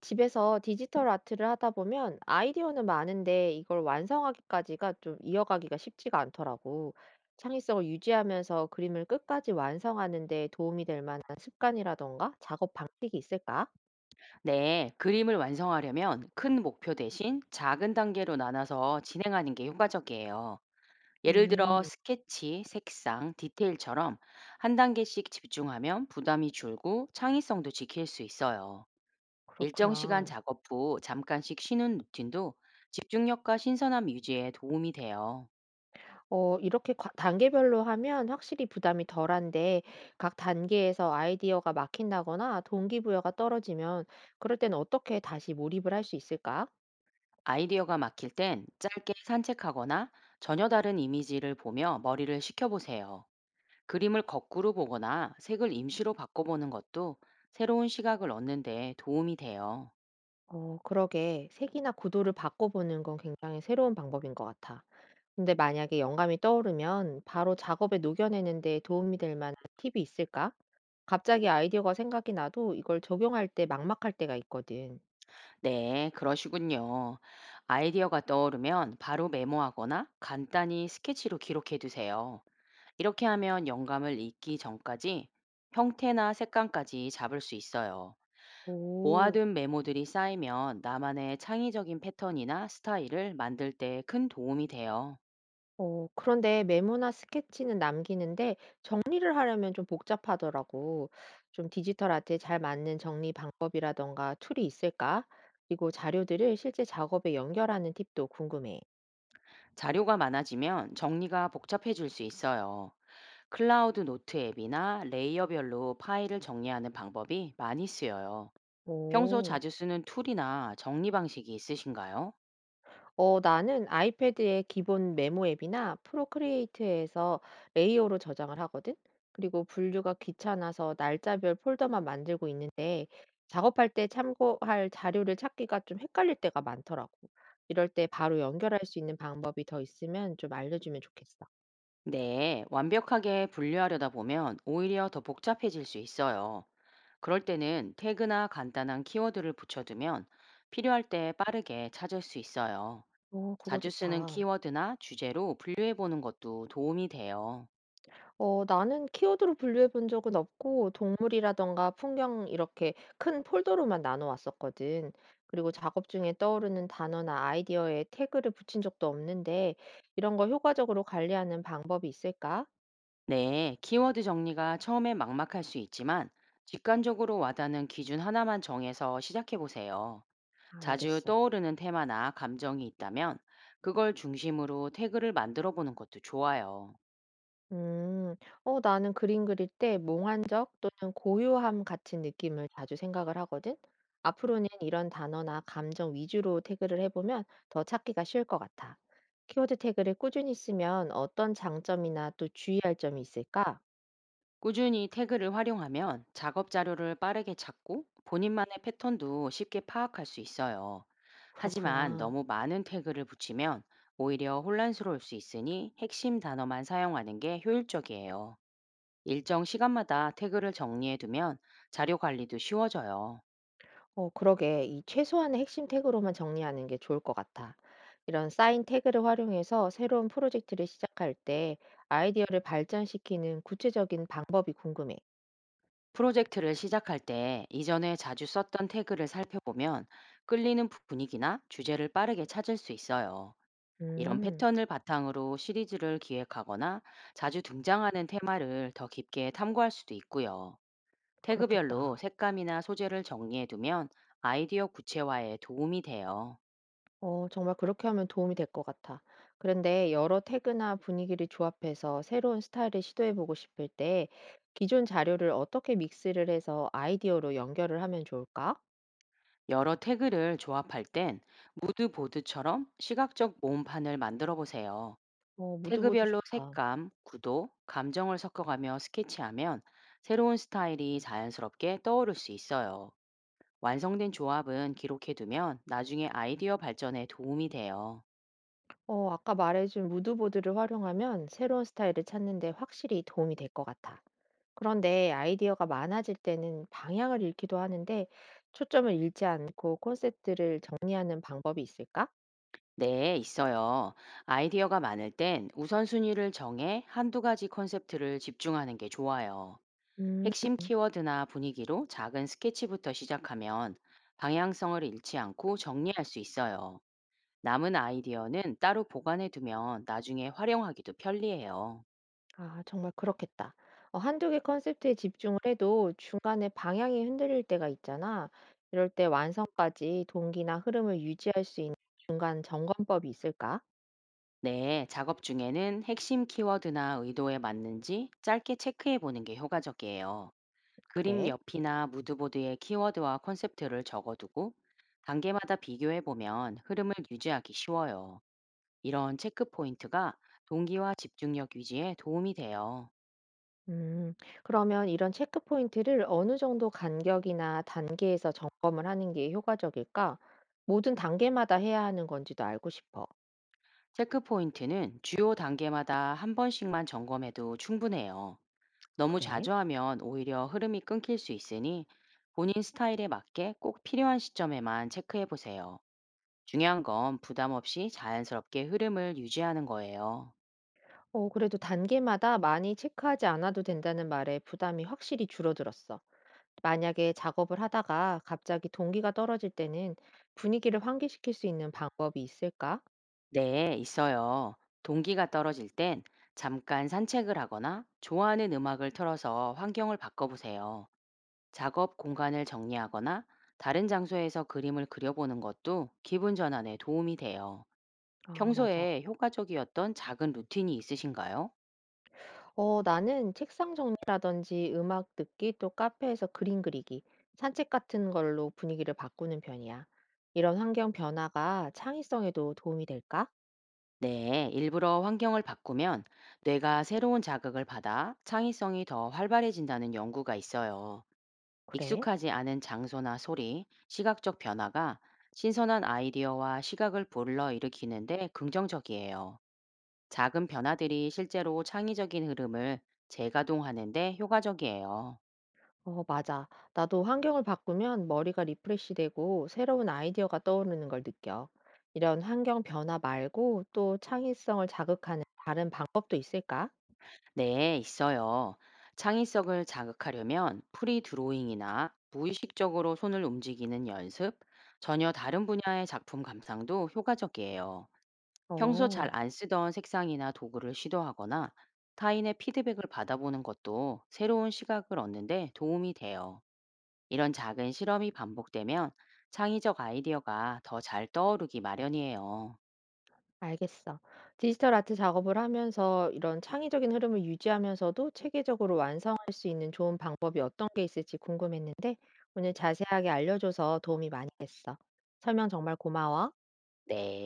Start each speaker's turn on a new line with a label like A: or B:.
A: 집에서 디지털 아트를 하다 보면 아이디어는 많은데 이걸 완성하기까지가 좀 이어가기가 쉽지가 않더라고. 창의성을 유지하면서 그림을 끝까지 완성하는 데 도움이 될 만한 습관이라던가 작업 방식이 있을까?
B: 네, 그림을 완성하려면 큰 목표 대신 작은 단계로 나눠서 진행하는 게 효과적이에요. 예를 들어
A: 음.
B: 스케치, 색상, 디테일처럼 한 단계씩 집중하면 부담이 줄고 창의성도 지킬 수 있어요. 일정 시간
A: 그렇구나.
B: 작업 후 잠깐씩 쉬는 루틴도 집중력과 신선함 유지에 도움이 돼요.
A: 이렇게 단계별로 하면 확실히 부담이 덜한데 각 단계에서 아이디어가 막힌다거나 동기부여가 떨어지면 그럴 땐 어떻게 다시 몰입을 할 수 있을까?
B: 아이디어가 막힐 땐 짧게 산책하거나 전혀 다른 이미지를 보며 머리를 식혀보세요. 그림을 거꾸로 보거나 색을 임시로 바꿔보는 것도 새로운 시각을 얻는데 도움이 돼요.
A: 어, 그러게. 색이나 구도를 바꿔보는 건 굉장히 새로운 방법인 것 같아. 근데 만약에 영감이 떠오르면 바로 작업에 녹여내는 데 도움이 될 만한 팁이 있을까? 갑자기 아이디어가 생각이 나도 이걸 적용할 때 막막할 때가 있거든.
B: 네, 그러시군요. 아이디어가 떠오르면 바로 메모하거나 간단히 스케치로 기록해 두세요. 이렇게 하면 영감을 잊기 전까지 형태나 색감까지 잡을 수 있어요.
A: 오.
B: 모아둔 메모들이 쌓이면 나만의 창의적인 패턴이나 스타일을 만들 때 큰 도움이 돼요.
A: 어, 그런데 메모나 스케치는 남기는데 정리를 하려면 좀 복잡하더라고. 좀 디지털 아트에 잘 맞는 정리 방법이라던가 툴이 있을까? 그리고 자료들을 실제 작업에 연결하는 팁도 궁금해.
B: 자료가 많아지면 정리가 복잡해질 수 있어요. 클라우드 노트 앱이나 레이어별로 파일을 정리하는 방법이 많이 쓰여요. 평소
A: 오.
B: 자주 쓰는 툴이나 정리 방식이 있으신가요?
A: 어, 나는 아이패드의 기본 메모 앱이나 프로크리에이트에서 레이어로 저장을 하거든. 그리고 분류가 귀찮아서 날짜별 폴더만 만들고 있는데 작업할 때 참고할 자료를 찾기가 좀 헷갈릴 때가 많더라고. 이럴 때 바로 연결할 수 있는 방법이 더 있으면 좀 알려주면 좋겠어.
B: 네, 완벽하게 분류하려다 보면 오히려 더 복잡해질 수 있어요. 그럴 때는 태그나 간단한 키워드를 붙여두면 필요할 때 빠르게 찾을 수 있어요.
A: 오, 그거
B: 자주 쓰는
A: 좋다.
B: 키워드나 주제로 분류해보는 것도 도움이 돼요.
A: 어, 나는 키워드로 분류해 본 적은 없고 동물이라든가 풍경 이렇게 큰 폴더로만 나눠 왔었거든. 그리고 작업 중에 떠오르는 단어나 아이디어에 태그를 붙인 적도 없는데 이런 걸 효과적으로 관리하는 방법이 있을까?
B: 네, 키워드 정리가 처음에 막막할 수 있지만 직관적으로 와닿는 기준 하나만 정해서 시작해 보세요.
A: 아,
B: 자주
A: 알겠어.
B: 떠오르는 테마나 감정이 있다면 그걸 중심으로 태그를 만들어 보는 것도 좋아요.
A: 음. 어, 나는 그림 그릴 때 몽환적 또는 고요함 같은 느낌을 자주 생각을 하거든. 앞으로는 이런 단어나 감정 위주로 태그를 해보면 더 찾기가 쉬울 것 같아. 키워드 태그를 꾸준히 쓰면 어떤 장점이나 또 주의할 점이 있을까?
B: 꾸준히 태그를 활용하면 작업 자료를 빠르게 찾고 본인만의 패턴도 쉽게 파악할 수 있어요. 하지만
A: 그렇구나.
B: 너무 많은 태그를 붙이면 오히려 혼란스러울 수 있으니 핵심 단어만 사용하는 게 효율적이에요. 일정 시간마다 태그를 정리해두면 자료 관리도 쉬워져요.
A: 어, 그러게. 이 최소한의 핵심 태그로만 정리하는 게 좋을 것 같아. 이런 쌓인 태그를 활용해서 새로운 프로젝트를 시작할 때 아이디어를 발전시키는 구체적인 방법이 궁금해.
B: 프로젝트를 시작할 때 이전에 자주 썼던 태그를 살펴보면 끌리는 분위기나 주제를 빠르게 찾을 수 있어요. 이런
A: 음.
B: 패턴을 바탕으로 시리즈를 기획하거나 자주 등장하는 테마를 더 깊게 탐구할 수도 있고요. 태그별로
A: 그렇겠다.
B: 색감이나 소재를 정리해두면 아이디어 구체화에 도움이 돼요.
A: 어, 정말 그렇게 하면 도움이 될 것 같아. 그런데 여러 태그나 분위기를 조합해서 새로운 스타일을 시도해보고 싶을 때 기존 자료를 어떻게 믹스를 해서 아이디어로 연결을 하면 좋을까?
B: 여러 태그를 조합할 땐 무드보드처럼 시각적 모음판을 만들어 보세요.
A: 어, 무드보드
B: 태그별로
A: 좋다.
B: 색감, 구도, 감정을 섞어가며 스케치하면 새로운 스타일이 자연스럽게 떠오를 수 있어요. 완성된 조합은 기록해두면 나중에 아이디어 발전에 도움이 돼요.
A: 어, 아까 말해준 무드보드를 활용하면 새로운 스타일을 찾는데 확실히 도움이 될 것 같아. 그런데 아이디어가 많아질 때는 방향을 잃기도 하는데 초점을 잃지 않고 콘셉트를 정리하는 방법이 있을까?
B: 네, 있어요. 아이디어가 많을 땐 우선순위를 정해 한두 가지 컨셉트를 집중하는 게 좋아요.
A: 음.
B: 핵심 키워드나 분위기로 작은 스케치부터 시작하면 방향성을 잃지 않고 정리할 수 있어요. 남은 아이디어는 따로 보관해 두면 나중에 활용하기도 편리해요.
A: 아, 정말 그렇겠다. 어두개 컨셉트에 집중을 해도 중간에 방향이 흔들릴 때가 있잖아. 이럴 때 완성까지 동기나 흐름을 유지할 수 있는 중간 점검법이 있을까?
B: 네, 작업 중에는 핵심 키워드나 의도에 맞는지 짧게 체크해 보는 게 효과적이에요. 그림
A: 그래.
B: 옆이나 무드보드에 키워드와 컨셉트를 적어두고 단계마다 비교해 보면 흐름을 유지하기 쉬워요. 이런 체크 포인트가 동기와 집중력 유지에 도움이 돼요.
A: 음. 그러면 이런 체크 포인트를 어느 정도 간격이나 단계에서 점검을 하는 게 효과적일까? 모든 단계마다 해야 하는 건지도 알고 싶어.
B: 체크 포인트는 주요 단계마다 한 번씩만 점검해도 충분해요. 너무
A: 그래.
B: 자주 하면 오히려 흐름이 끊길 수 있으니 본인 스타일에 맞게 꼭 필요한 시점에만 체크해 보세요. 중요한 건 부담 없이 자연스럽게 흐름을 유지하는 거예요.
A: 어, 그래도 단계마다 많이 체크하지 않아도 된다는 말에 부담이 확실히 줄어들었어. 만약에 작업을 하다가 갑자기 동기가 떨어질 때는 분위기를 환기시킬 수 있는 방법이 있을까?
B: 네, 있어요. 동기가 떨어질 땐 잠깐 산책을 하거나 좋아하는 음악을 틀어서 환경을 바꿔보세요. 작업 공간을 정리하거나 다른 장소에서 그림을 그려보는 것도 기분 전환에 도움이 돼요.
A: 아, 맞아.
B: 평소에 효과적이었던 작은 루틴이 있으신가요?
A: 어, 나는 책상 정리라든지 음악 듣기 또 카페에서 그림 그리기, 산책 같은 걸로 분위기를 바꾸는 편이야. 이런 환경 변화가 창의성에도 도움이 될까?
B: 네, 일부러 환경을 바꾸면 뇌가 새로운 자극을 받아 창의성이 더 활발해진다는 연구가 있어요.
A: 그래?
B: 익숙하지 않은 장소나 소리, 시각적 변화가 신선한 아이디어와 시각을 불러일으키는데 긍정적이에요. 작은 변화들이 실제로 창의적인 흐름을 재가동하는데 효과적이에요.
A: 어, 맞아. 나도 환경을 바꾸면 머리가 리프레시되고 새로운 아이디어가 떠오르는 걸 느껴. 이런 환경 변화 말고 또 창의성을 자극하는 다른 방법도 있을까?
B: 네, 있어요. 창의성을 자극하려면 프리 드로잉이나 무의식적으로 손을 움직이는 연습, 전혀 다른 분야의 작품 감상도 효과적이에요. 평소 잘
A: 어,
B: 안 쓰던 색상이나 도구를 시도하거나 타인의 피드백을 받아보는 것도 새로운 시각을 얻는데 도움이 돼요. 이런 작은 실험이 반복되면 창의적 아이디어가 더 잘 떠오르기 마련이에요.
A: 알겠어. 디지털 아트 작업을 하면서 이런 창의적인 흐름을 유지하면서도 체계적으로 완성할 수 있는 좋은 방법이 어떤 게 있을지 궁금했는데 오늘 자세하게 알려줘서 도움이 많이 됐어. 설명 정말 고마워.
B: 네.